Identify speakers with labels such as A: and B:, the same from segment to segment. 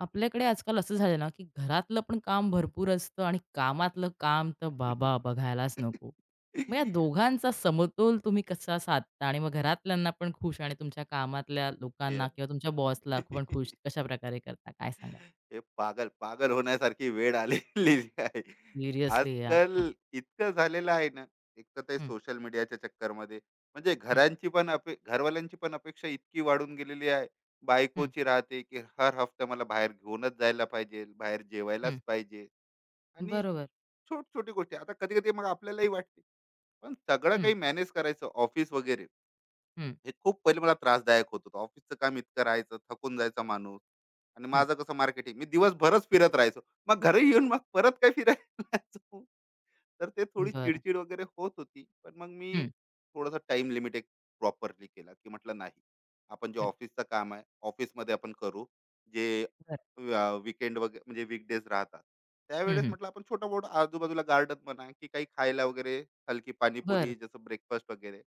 A: आपल्याकडे आजकाल असं झालं ना, की घरातलं पण काम भरपूर असतं आणि कामातलं काम तर बाबा बघायलाच नको. मग या दोघांचा समतोल तुम्ही कसा साधता आणि मग घरातल्यांना पण खुश आणि तुमच्या कामातल्या
B: ते
A: लोकांना किंवा तुमच्या बॉसला पण खुश कशाप्रकारे करता? काय सांगाल?
B: हे पागल पागल होण्यासारखी वेळ आलेली आहे.
A: सिरियसली यार.
B: आजकाल इतकं झालेलं आहे ना, एक तर ते
A: हं,
B: सोशल मीडियाच्या चक्करमध्ये म्हणजे
A: हं, हं,
B: घरांची पण घरवाल्यांची पण अपेक्षा इतकी वाढून गेलेली आहे.
A: हं,
B: बायकोची राहते, की हर हफ्ता मला बाहेर घेऊनच जायला पाहिजे, बाहेर
A: हं.
B: जेवायलाच पाहिजे आणि
A: बरोबर.
B: छोट-छोटी गोष्टी. आता कधी-कधी मग आपल्यालाही वाटते, पण सगळं
A: हं,
B: काही मॅनेज करायचं ऑफिस वगैरे.
A: हं,
B: हे खूप पहिले मला त्रासदायक होत होतं. ऑफिसचं काम इतकं राहायचं, थकून जायचा माणूस आणि
A: हं.
B: माझं कसं मार्केटिंग. मी दिवसभरच फिरत राहायचो. मग घरी येऊन मग परत काय फिरायला जायचो. तर ते थोडी
A: बरं.
B: चिड-चिड वगैरे होत होती. पण मग मी
A: हं,
B: थोडासा टाइम लिमिट एक प्रॉपरली केला, की म्हटलं नाही. आपण जे
A: हं.
B: ऑफिसचं काम आहे, ऑफिसमध्ये आपण करू. जे
A: बरं.
B: अ, वगैरे म्हणजे वीकडीज राहतात.
A: हं,
B: त्यावेळेस
A: हं.
B: म्हटलं आपण छोटा-मोठा आजूबाजूला गार्डन म्हणा, की काही खायला वगैरे हलकी
A: बरं.
B: पाणीपुरी जसं ब्रेकफास्ट वगैरे.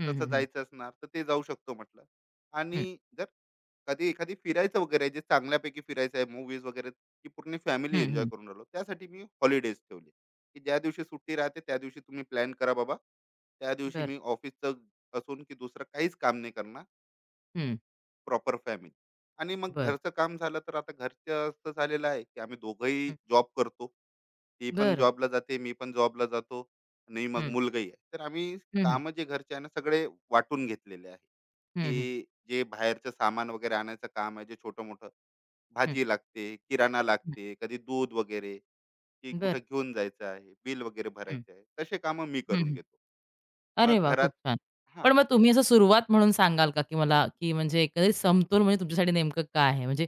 A: हं,
B: तसं
A: हं, हं.
B: जायचं असणार तर ते जाऊ शकतो म्हटलं.
A: हं,
B: आणि जर कधी एखादी फिरायचं वगैरे आहे, जे चांगल्यापैकी फिरायचं आहे, मूव्हीज वगैरे की पूर्ण फॅमिली
A: हं,
B: एन्जॉय
A: हं.
B: करून राहिलो. त्यासाठी मी हॉलिडेज ठेवले, की ज्या दिवशी सुट्टी राहते त्या दिवशी तुम्ही प्लॅन करा बाबा. त्या दिवशी
A: बरं.
B: मी ऑफिसचं असून की दुसरं काहीच काम नाही करणार,
A: हं.
B: Proper family. आणि मग
A: बरं.
B: घरचं काम झालं तर आता घरचं असं झालेलं आहे, की आम्ही दोघंही
A: हं.
B: जॉब करतो. ती पण
A: बरं.
B: जॉबला जाते, मी पण जॉबला जातो आणि मग मुलगाही आहे. तर आम्ही
A: हं, हं.
B: कामं जे घरचे आहे ना सगळे वाटून घेतलेले आहे,
A: हं, हं.
B: की जे बाहेरचं सामान वगैरे आणायचं काम आहे, जे छोटं-मोठं
A: हं.
B: भाजी लागते, किराणा
A: हं,
B: लागते, कधी दूध वगैरे, की कुठं
A: बरं.
B: घेऊन जायचं आहे, बिल वगैरे
A: हं,
B: भरायचं आहे, तसे कामं मी
A: हं,
B: करून
A: हं.
B: घेतो.
A: अरे
B: मग
A: वाह! खूप
B: घरात
A: छान.
B: हां,
A: पण मग तुम्ही असं सुरुवात म्हणून सांगाल का, की मला की म्हणजे एकंदरीत समतोल म्हणजे तुमच्यासाठी नेमकं काय आहे? म्हणजे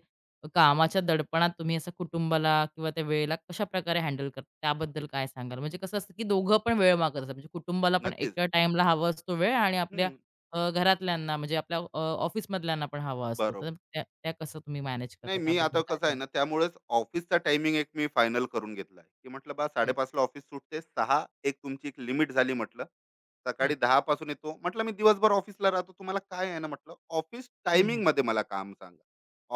A: कामाच्या दडपणात तुम्ही असं कुटुंबाला किंवा त्या वेळेला कशाप्रकारे हँडल करता? त्याबद्दल काय सांगाल? म्हणजे कसं असतं, की दोघं पण वेळ मागत असतात. म्हणजे कुटुंबाला पण
B: नक्कीच.
A: एका टाईमला हवा असतो वेळ आणि आपल्या
B: हं,
A: घरातल्यांना म्हणजे आपल्या ऑफिसमधल्यांना पण हवा असतो. तर
B: बरोबर.
A: त्या त्या कसं तुम्ही मॅनेज करता?
B: नाही, मी
A: त्याबद्दल
B: आता
A: काय
B: कसं आहे
A: सांगाल?
B: ना त्यामुळेच ऑफिसचा टायमिंग एक मी फायनल करून घेतला आहे, की म्हटलं बा
A: हं,
B: 5:30ला ऑफिस सुटते, 6 एक तुमची एक लिमिट झाली म्हटलं.
A: हं,
B: सकाळी 10 पासून येतो म्हटलं, मी दिवसभर ऑफिसला राहतो, तुम्हाला काय आहे ना म्हटलं ऑफिस
A: हं,
B: टायमिंग
A: हं.
B: मध्ये मला काम सांगा.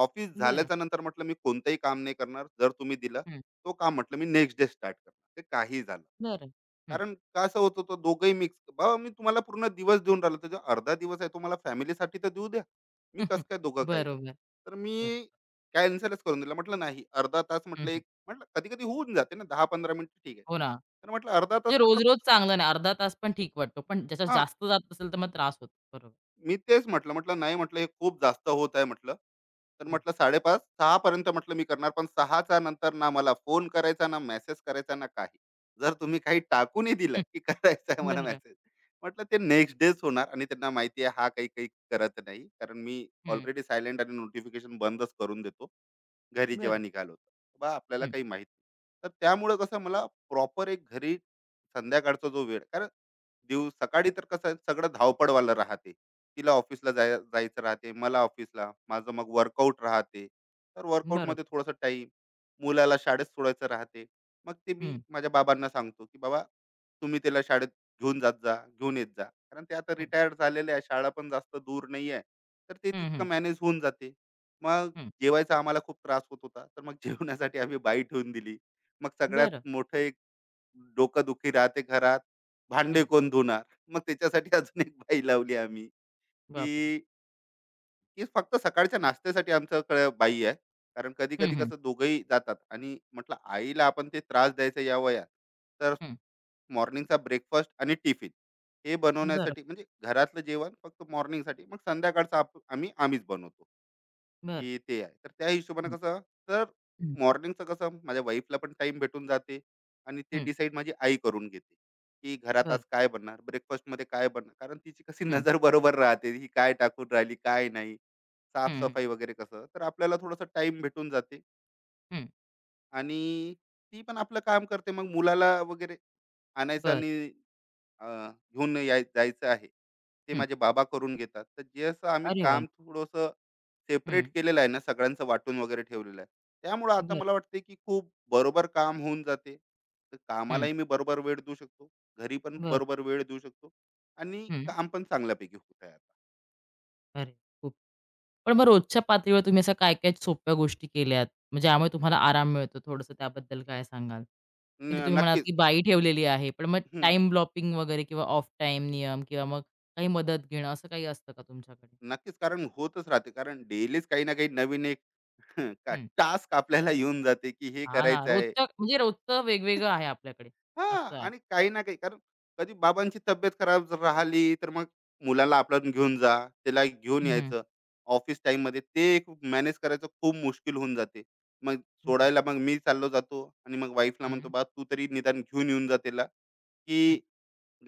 B: ऑफिस
A: बरं.
B: झाल्याच्या नंतर म्हटलं मी कोणतंही काम नाही करणार. जर तुम्ही दिलं
A: हं,
B: तो काम म्हटलं मी नेक्स्ट डे स्टार्ट करणार, ते काही झालं.
A: बरं. हं.
B: कारण कसं होत होतं, दोघंही मिक्स. बाबा, मी तुम्हाला पूर्ण दिवस देऊन राहिलो तर जो अर्धा दिवस आहे तो मला फॅमिलीसाठी तर देऊ द्या. मी कसं काय दोघं काय
A: बरोबर,
B: करणार? तर मी
A: बरोबर.
B: कॅन्सलच करून दिलं. म्हटलं नाही, अर्धा तास
A: हं,
B: म्हटलं
A: हं.
B: एक. म्हटलं कधी कधी होऊन जाते ना 10-15 मिनिटं, ठीक आहे.
A: हो ना.
B: तर म्हटलं अर्धा
A: म्हणजे
B: तास म्हटलं.
A: रोज-रोज चांगलं नाही. अर्धा तास पण ठीक वाटतो. पण ज्याच्यात
B: हा,
A: जास्त जात असेल तर मग त्रास होतो. बरोबर.
B: मी तेच म्हटलं, म्हटलं नाही, म्हटलं हे खूप जास्त होत आहे म्हटलं. तर
A: हं,
B: म्हटलं 5:30-6:00 पर्यंत म्हटलं मी करणार, पण 6च्या नंतर ना मला फोन करायचा, ना मेसेज करायचा, ना काही. जर तुम्ही काही टाकूनही दिलं,
A: हं.
B: की करायचा आहे मला
A: बरं.
B: मेसेज, म्हटलं ते नेक्स्ट डेच होणार. आणि त्यांना माहिती आहे हा काही-काही करत नाही. कारण मी
A: हं.
B: ऑलरेडी सायलेंट आणि नोटिफिकेशन बंदच करून देतो. घरी जेव्हा
A: बरं.
B: निघालो होतो बा आपल्याला
A: हं.
B: काही माहित नाही. तर त्यामुळं कसं मला प्रॉपर एक घरी संध्याकाळचा जो वेळ, कारण दिवस सकाळी तर कसं आहे, सगळं धावपळवालं राहते. तिला ऑफिसला जायचं राहते, मला ऑफिसला, माझं मग वर्कआउट राहते. तर वर्कआउटमध्ये
A: बरोबर.
B: थोडंसं टाईम, मुलाला शाळेत सोडायचं राहते. मग ते मी
A: हं,
B: माझ्या बाबांना सांगतो की बाबा तुम्ही त्याला शाळेत घेऊन जात जा, घेऊन येत जा. कारण ते आता
A: हं.
B: रिटायर्ड झालेले आहे, शाळा पण जास्त दूर नाही आहे. तर ते
A: हं,
B: तितकं
A: हं.
B: मॅनेज होऊन जाते. मग
A: हं.
B: जेवायचा आम्हाला खूप त्रास होत होता. तर मग जेवण्यासाठी आम्ही बाई ठेवून दिली. मग सगळ्यात
A: बरं.
B: मोठं एक डोकंदुखी राहते घरात, भांडे
A: हं.
B: कोण धुणार? मग त्याच्यासाठी अजून एक बाई लावली आम्ही,
A: बापरे!
B: की ती फक्त सकाळच्या नाश्त्यासाठी आमच्याकडे बाई आहे. कारण
A: हं,
B: कधी-कधी
A: हं.
B: कसं दोघंही जातात आणि म्हटलं आईला आपण ते त्रास द्यायचा या वयात, तर
A: हं.
B: मॉर्निंगचा ब्रेकफास्ट आणि टिफिन हे
A: बरं,
B: बनवण्यासाठी, म्हणजे घरातलं जेवण फक्त मॉर्निंगसाठी, मग संध्याकाळचं आम्ही आम्हीच बनवतो.
A: बरं.
B: की ते आहे. तर त्या हिशोबाने
A: हं,
B: कसं, तर
A: हं.
B: मॉर्निंगचं कसं माझ्या वाईफला पण टाईम भेटून जाते आणि ते
A: हं.
B: डिसाईड माझी आई करून घेते, की घरात आज
A: बरं.
B: काय बनणार, ब्रेकफास्टमध्ये काय बनणार. कारण तिची कशी
A: हं.
B: नजर बरोबर राहते ही काय टाकून राहिली काय नाही,
A: हं, हं.
B: साफसफाई वगैरे. कसं तर आपल्याला थोडासा टाइम भेटून जाते.
A: हं.
B: आणि ती पण आपलं काम करते. मग मुलाला वगैरे आणायचं
A: बरं.
B: आणि अ, घेऊन जायचं आहे, ते
A: हं.
B: माझे बाबा करून घेतात. तर जसं आम्ही
A: अरे वाह!
B: काम थोडंसं सेपरेट
A: हं.
B: केलेलं आहे ना, सगळ्यांचं वाटून वगैरे ठेवलेलं आहे. त्यामुळं आता
A: बरं.
B: मला वाटते, की खूप बरोबर काम होऊन जाते. तर
A: हं.
B: कामालाही मी बरोबर वेळ देऊ शकतो, घरी पण
A: बरं.
B: बरोबर वेळ देऊ शकतो आणि
A: हं.
B: काम पण चांगल्यापैकी होत आहे आता.
A: अरे खूप पण मग रोजच्या पातळीवर तुम्ही अशा काय-काय सोप्या गोष्टी केल्यात? मग ज्यामुळे तुम्हाला आराम मिळतो थोडंसं त्याबद्दल काय सांगाल? जसं की तुम्ही म्हणालात
B: नक्कीच.
A: की बाई ठेवलेली आहे. पण मग
B: हं,
A: टाईम ब्लॉकिंग वगैरे किंवा ऑफ टाईम नियम किंवा मग काही मदत घेणं असं काही असतं का तुमच्याकडे?
B: नक्कीच. कारण होतच राहते. कारण डेलीच काही ना काही नवीन एक
A: हं.
B: टास्क आपल्याला येऊन जाते, की हे
A: हां ना,
B: करायचं आहे,
A: रोजचं म्हणजे रोजचं वेगवेगळं आहे आपल्याकडे
B: हां.
A: असं आहे.
B: आणि काही ना काही कारण, कधी बाबांची तब्येत खराब जर राहिली, तर मग मुलाला आपल्यातून घेऊन जा, त्याला घेऊन
A: हं.
B: यायचं. ऑफिस टाईममध्ये ते मॅनेज करायचं खूप मुश्किल होऊन जाते. मग
A: बरं.
B: सोडायला मग मी चाललो जातो आणि मग वाईफला
A: हं,
B: म्हणतो,
A: हं.
B: "बा तू तरी निदान घेऊन येऊन जा त्याला, की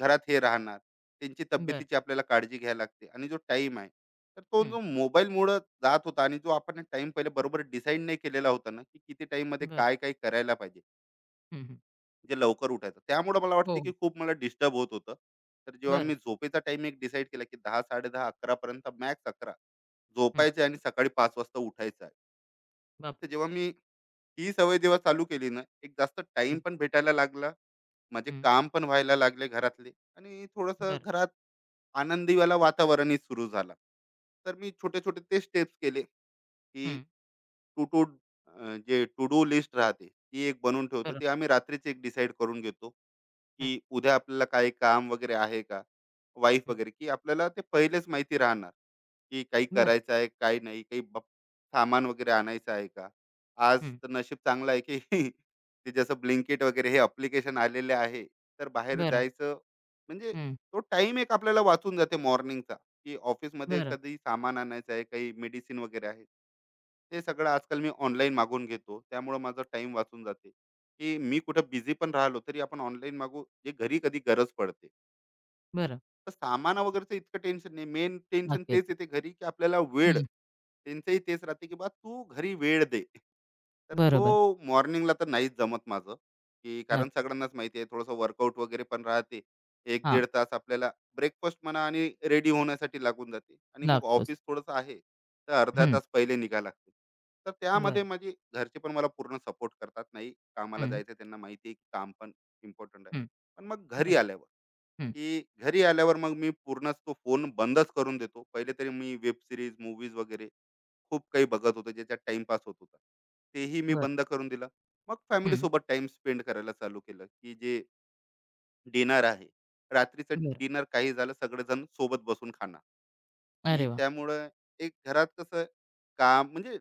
B: घरात हे राहणार." त्यांची
A: बरं.
B: तब्येतीची आपल्याला काळजी घ्यायला लागते. आणि जो टाईम आहे, तर तो
A: हं.
B: जो मोबाईलमुळं जात होता आणि जो आपण टाईम पहिले बरोबर डिसाईड नाही केलेला होता ना, की किती टाईममध्ये
A: बरं.
B: काय-काय करायला पाहिजे.
A: हं, हं.
B: म्हणजे लवकर उठायचं, त्यामुळे मला
A: हो,
B: वाटते
A: हो.
B: की खूप मला डिस्टर्ब होत होतं. तर जेव्हा
A: बरं.
B: मी झोपेचा टाइम एक डिसाईड केला की दहा, साडेदहा, अकरा पर्यंत, मॅक्स 11
A: हं.
B: झोपायचे आणि सकाळी 5 वाजता उठायचं आहे.
A: बापरे!
B: तर जेव्हा मी ही सवय जेव्हा चालू केली ना, एक जास्त टाइम
A: हं,
B: पण भेटायला लागला, माझे
A: हं.
B: काम पण व्हायला लागले घरातले, आणि थोडंसं
A: बरं.
B: घरात आनंदीवाला वातावरणही सुरू झाला. तर मी छोटे छोटे ते स्टेप्स केले, की
A: हं.
B: टू टू जे टू डू लिस्ट राहते ती एक बनवून ठेवतो,
A: बरं.
B: ते आम्ही रात्रीच एक डिसाईड करून घेतो, की
A: हं,
B: उद्या आपल्याला काही काम वगैरे आहे का, वाईफ
A: हं.
B: वगैरे, की आपल्याला ते पहिलेच माहिती राहणार, की काही
A: बरं.
B: करायचं आहे काही नाही, काही सामान वगैरे आणायचं आहे का. आज
A: हं.
B: तर नशीब चांगलं आहे की ते जसं ब्लिंकिट वगैरे हे अप्लिकेशन आलेले आहे, तर बाहेर
A: बरं.
B: जायचं, म्हणजे
A: हं.
B: तो टाइम एक आपल्याला वाचून जाते मॉर्निंगचा. की ऑफिसमध्ये
A: बरं.
B: कधी सामान आणायचं आहे, काही मेडिसिन वगैरे आहे, ते सगळं आजकाल मी ऑनलाईन मागवून घेतो. त्यामुळं माझा टाइम वाचून जाते, की मी कुठं बिझी पण राहिलो तरी आपण ऑनलाईन मागवू, जे घरी कधी गरज पडते.
A: बरं.
B: तर सामान वगैरेचं इतकं टेन्शन नाही. मेन टेन्शन
A: नक्कीच.
B: तेच येते घरी, की आपल्याला वेळ,
A: हं.
B: त्यांचंही तेच राहते की बा तू घरी वेळ दे. तर तो
A: बरोबर.
B: मॉर्निंगला तर नाहीच जमत माझं, की कारण
A: नक्कीच.
B: सगळ्यांनाच माहिती आहे, थोडंसं वर्कआउट वगैरे पण राहते, एक
A: हां,
B: दीड तास आपल्याला, ब्रेकफास्ट म्हणा आणि रेडी होण्यासाठी लागून जाते आणि मग
A: लागतोच.
B: ऑफिस थोडंसं आहे, तर अर्धा
A: हं.
B: तास पहिले निघायला लागते. तर त्यामध्ये
A: बरं.
B: माझे घरचे पण मला पूर्ण सपोर्ट करतात. नाही, कामाला
A: हं,
B: जायचं, त्यांना माहिती आहे की काम पण इम्पॉर्टंट आहे.
A: हं.
B: पण मग घरी
A: बरोबर.
B: आल्यावर,
A: हं.
B: की घरी आल्यावर मग मी पूर्णच तो फोन बंदच करून देतो. पहिले तरी मी वेब सीरीज, मूवीज वगैरे खूप काही बघत होतो, ज्याच्यात टाईमपास होत होता. तेही मी
A: बरं.
B: बंद करून दिलं. मग
A: हं.
B: फॅमिलीसोबत टाइम स्पेंड करायला चालू केलं, की जे डिनर आहे, रात्रीचं
A: बरं.
B: डिनर काही झालं सगळेजण सोबत बसून खाणार, की
A: अरे वाह!
B: त्यामुळं एक घरात कसं, काम म्हणजे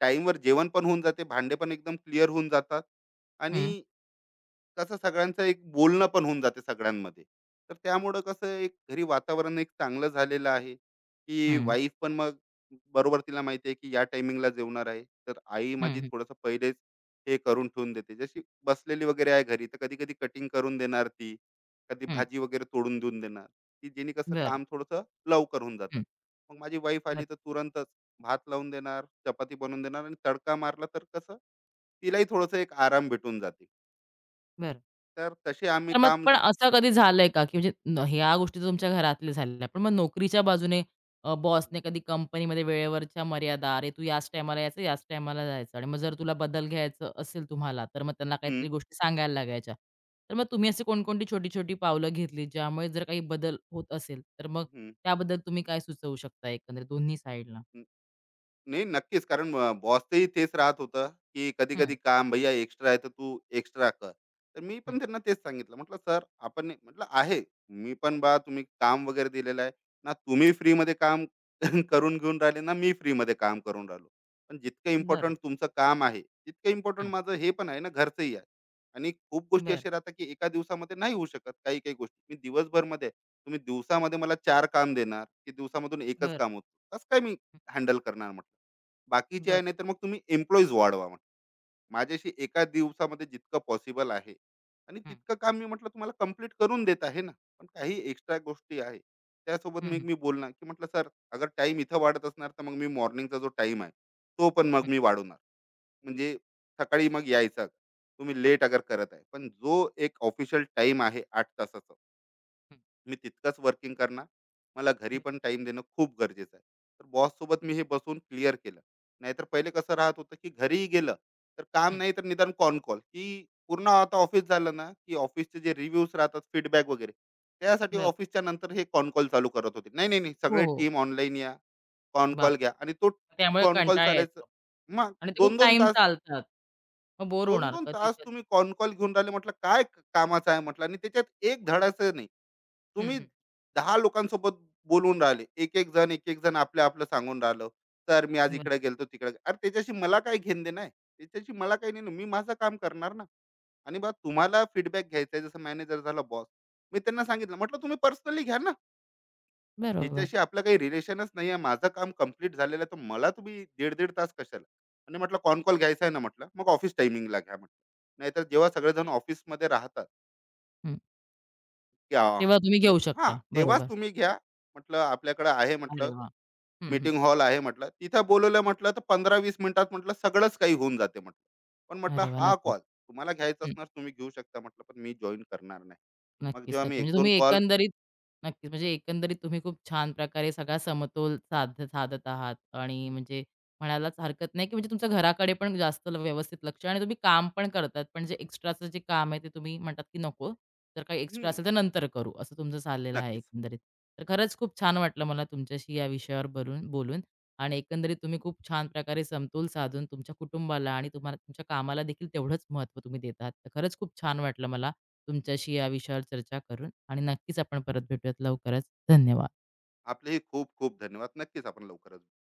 B: टाईमवर जेवण पण होऊन जाते, भांडे पण एकदम क्लिअर होऊन जातात
A: हं,
B: आणि कसं सगळ्यांचं एक बोलणं पण होऊन जाते सगळ्यांमध्ये. तर त्यामुळं कसं एक घरी वातावरण एक चांगलं झालेलं आहे, की
A: हं.
B: वाईफ पण मग बरोबर, तिला माहिती आहे, की या टायमिंगला जेवणार आहे. तर आई
A: हं,
B: माझी
A: हं.
B: थोडंसं पहिलेच हे करून ठेवून देते. जशी बसलेली वगैरे आहे घरी, तर कधी-कधी कटिंग करून देणार ती. कधी
A: हं.
B: भाजी वगैरे तोडून देऊन देणार, की जेणे कसं
A: बरं.
B: काम थोडंसं लवकर होऊन जातं.
A: हं.
B: मग माझी वाईफ
A: बरं.
B: आली तर तुरंतच भात लावून देणार, चपाती बनवून देणार आणि तडका मारला तर कसं तिलाही थोडंसं एक आराम भेटून जाते.
A: बरं.
B: तर तसे आम्ही
A: तर मग
B: काम
A: पण असं कधी झालंय का, की म्हणजे न ह्या गोष्टी तर तुमच्या घरातल्या झालेल्या. पण मग नोकरीच्या बाजूने बॉसने कधी कंपनीमध्ये वेळेवरच्या मर्यादा, "अरे, तू याच टायमाला यायचं, याच टायमाला जायचं" आणि मग जर तुला बदल घ्यायचं असेल तुम्हाला, तर मग त्यांना
B: हं,
A: काहीतरी गोष्टी सांगायला लागायच्या. तर मग तुम्ही अशी कोणकोणती छोटी-छोटी पावलं घेतली, ज्यामुळे जर काही बदल होत असेल, तर मग
B: हं,
A: त्याबद्दल तुम्ही काय सुचवू शकता एकंदरीत दोन्ही साइडला?
B: हं, नाही, नक्कीच. कारण बॉसचंही तेच राहत होतं की कधी
A: हं,
B: कधी काम भैया एक्स्ट्रा आहे तर तू एक्स्ट्रा कर. तर मी
A: हं.
B: पण त्यांना तेच सांगितलं, म्हटलं सर म्हटलं आहे मी पण, बा तुम्ही काम वगैरे दिलेलं आहे, ना तुम्ही फ्रीमध्ये काम करून घेऊन राहिले, ना मी फ्रीमध्ये काम करून राहिलो. पण जितकं
A: बरोबर.
B: इम्पॉर्टंट तुमचं काम आहे तितकं इम्पॉर्टंट
A: हं.
B: माझं हे पण आहे ना, घरचंही आहे. आणि खूप गोष्टी
A: बरं.
B: अशा राहतात की एका दिवसामध्ये नाही होऊ शकत, काही काही गोष्टी मी दिवसभर मध्ये आहे. तुम्ही दिवसामध्ये मला 4 काम देणार की दिवसामधून एकच
A: बरं.
B: काम होतं, कसं काय मी हँडल करणार म्हटलं बाकीचे
A: बरं.
B: आहे. नाही तर मग तुम्ही एम्प्लॉईज वाढवा म्हटलं. माझ्याशी एका दिवसामध्ये जितकं पॉसिबल आहे आणि
A: हं.
B: तितकं काम मी म्हटलं तुम्हाला कंप्लीट करून देत आहे ना. पण काही एक्स्ट्रा गोष्टी आहे, त्यासोबत
A: हं,
B: मी
A: हं.
B: मी बोलणार, की म्हटलं सर, अगर टाइम इथं वाढत असणार, तर मग मी मॉर्निंगचा जो टाइम आहे तो पण मग
A: हं,
B: मी वाढवणार. म्हणजे सकाळी मग यायचा तुम्ही लेट अगर करत आहे, पण जो एक ऑफिशियल टाइम आहे 8 तासाचा,
A: हं.
B: मी तितकंच वर्किंग करणार. मला घरी
A: हं.
B: पण टाइम देणं खूप गरजेचं आहे. तर बॉस सोबत मी हे बसून क्लिअर केलं. नाहीतर पहिले कसं राहत होतं की घरीही गेलं तर काम
A: हं.
B: नाही तर निदान कॉन कॉल, की पूर्ण आता ऑफिस झालं ना की ऑफिसचे जे रिव्ह्यूज राहतात, फीडबॅक वगैरे, त्यासाठी
A: बरं.
B: ऑफिसच्या नंतर हे कॉन कॉल चालू करत होते. नाही नाही नाही,
A: हो,
B: सगळे
A: हो.
B: टीम ऑनलाईन या, कॉन
A: बाप!
B: कॉल घ्या. आणि तो
A: त्यामुळे
B: कॉन कॉल
A: कंटाळा
B: चालायचं
A: यायचा
B: मग
A: आणि ते खूप
B: दोन दोन
A: टाईम
B: तास
A: चालतात. मग बोर होणार
B: 2-2 तास
A: कधी-कधी.
B: तुम्ही कॉन कॉल घेऊन राहिले म्हटलं, काय कामाचं आहे म्हटलं. आणि त्याच्यात एक धडाचं नाही,
A: हं,
B: तुम्ही
A: हं.
B: 10 लोकांसोबत बोलून राहिले, एक एक जण एक एक जण आपलं आपलं सांगून राहिलं, "सर मी आज
A: बरं.
B: इकडे गेलतो तिकडे गे-" अरे त्याच्याशी मला काय घेण देणं आहे? त्याच्याशी मला काही नाही ना. मी माझं काम करणार ना. आणि बा तुम्हाला फीडबॅक घ्यायचा आहे, जसं मॅनेजर झाला बॉस, मी त्यांना सांगितलं म्हटलं तुम्ही पर्सनली घ्या ना.
A: बरोबर.
B: ज्याच्याशी आपलं काही रिलेशनच नाही आहे, माझं काम कम्प्लीट झालेलं आहे, तर मला तुम्ही 1.5-1.5 तास कशाला? आणि म्हटलं कॉन कॉल घ्यायचा आहे ना म्हटलं, मग ऑफिस टायमिंगला घ्या म्हटलं, नाहीतर जेव्हा सगळेजण ऑफिसमध्ये राहतात,
A: हं.
B: की
A: तेव्हा तुम्ही
B: म्हणजे
A: घेऊ
B: हां,
A: शकता.
B: तेव्हाच
A: बरोबर.
B: तुम्ही घ्या. म्हटलं आपल्याकडे आहे
A: अरे
B: म्हटलं,
A: वाह! हं, हं.
B: मीटिंग हॉल आहे म्हटलं, तिथं बोलवलं म्हटलं, तर 15-20 मिनिटात म्हटलं सगळंच काही होऊन जाते म्हटलं. पण म्हटलं
A: अरे वाह!
B: हा
A: नक्कीच.
B: कॉल तुम्हाला घ्यायचा असणार तुम्ही घेऊ शकता म्हटलं, पण मी जॉईन करणार नाही. मग
A: नक्कीच,
B: जेव्हा मी
A: नक्की.
B: एक
A: म्हणजे
B: दोन
A: तुम्ही
B: कॉल
A: एकंदरीत नक्कीच. म्हणजे एकंदरीत तुम्ही खूप छान प्रकारे सगळा समतोल साधत आहात आणि म्हणजे म्हणायलाच हरकत नाही, की म्हणजे तुमच्या घराकडे पण जास्त व्यवस्थित लक्ष आणि तुम्ही काम पण करतात. पण जे एक्स्ट्राचं जे काम आहे ते तुम्ही म्हणतात, की नको. जर काही एक्स्ट्रा असेल तर नंतर करू, असं तुमचं चाललेलं आहे
B: नक्कीच,
A: एकंदरीत. तर खरंच खूप छान वाटलं मला तुमच्याशी या विषयावर बोलून बोलून आणि एकंदरीत तुम्ही खूप छान प्रकारे समतोल साधून तुमच्या कुटुंबाला आणि तुम्हाला तुमच्या कामाला देखील तेवढंच महत्त्व तुम्ही देत आहात. तर खरंच खूप छान वाटलं मला तुमच्याशी या विषयावर चर्चा करून आणि नक्कीच आपण परत भेटूयात लवकरच. धन्यवाद.
B: आपलेही खूप खूप धन्यवाद. नक्कीच आपण लवकरच भेट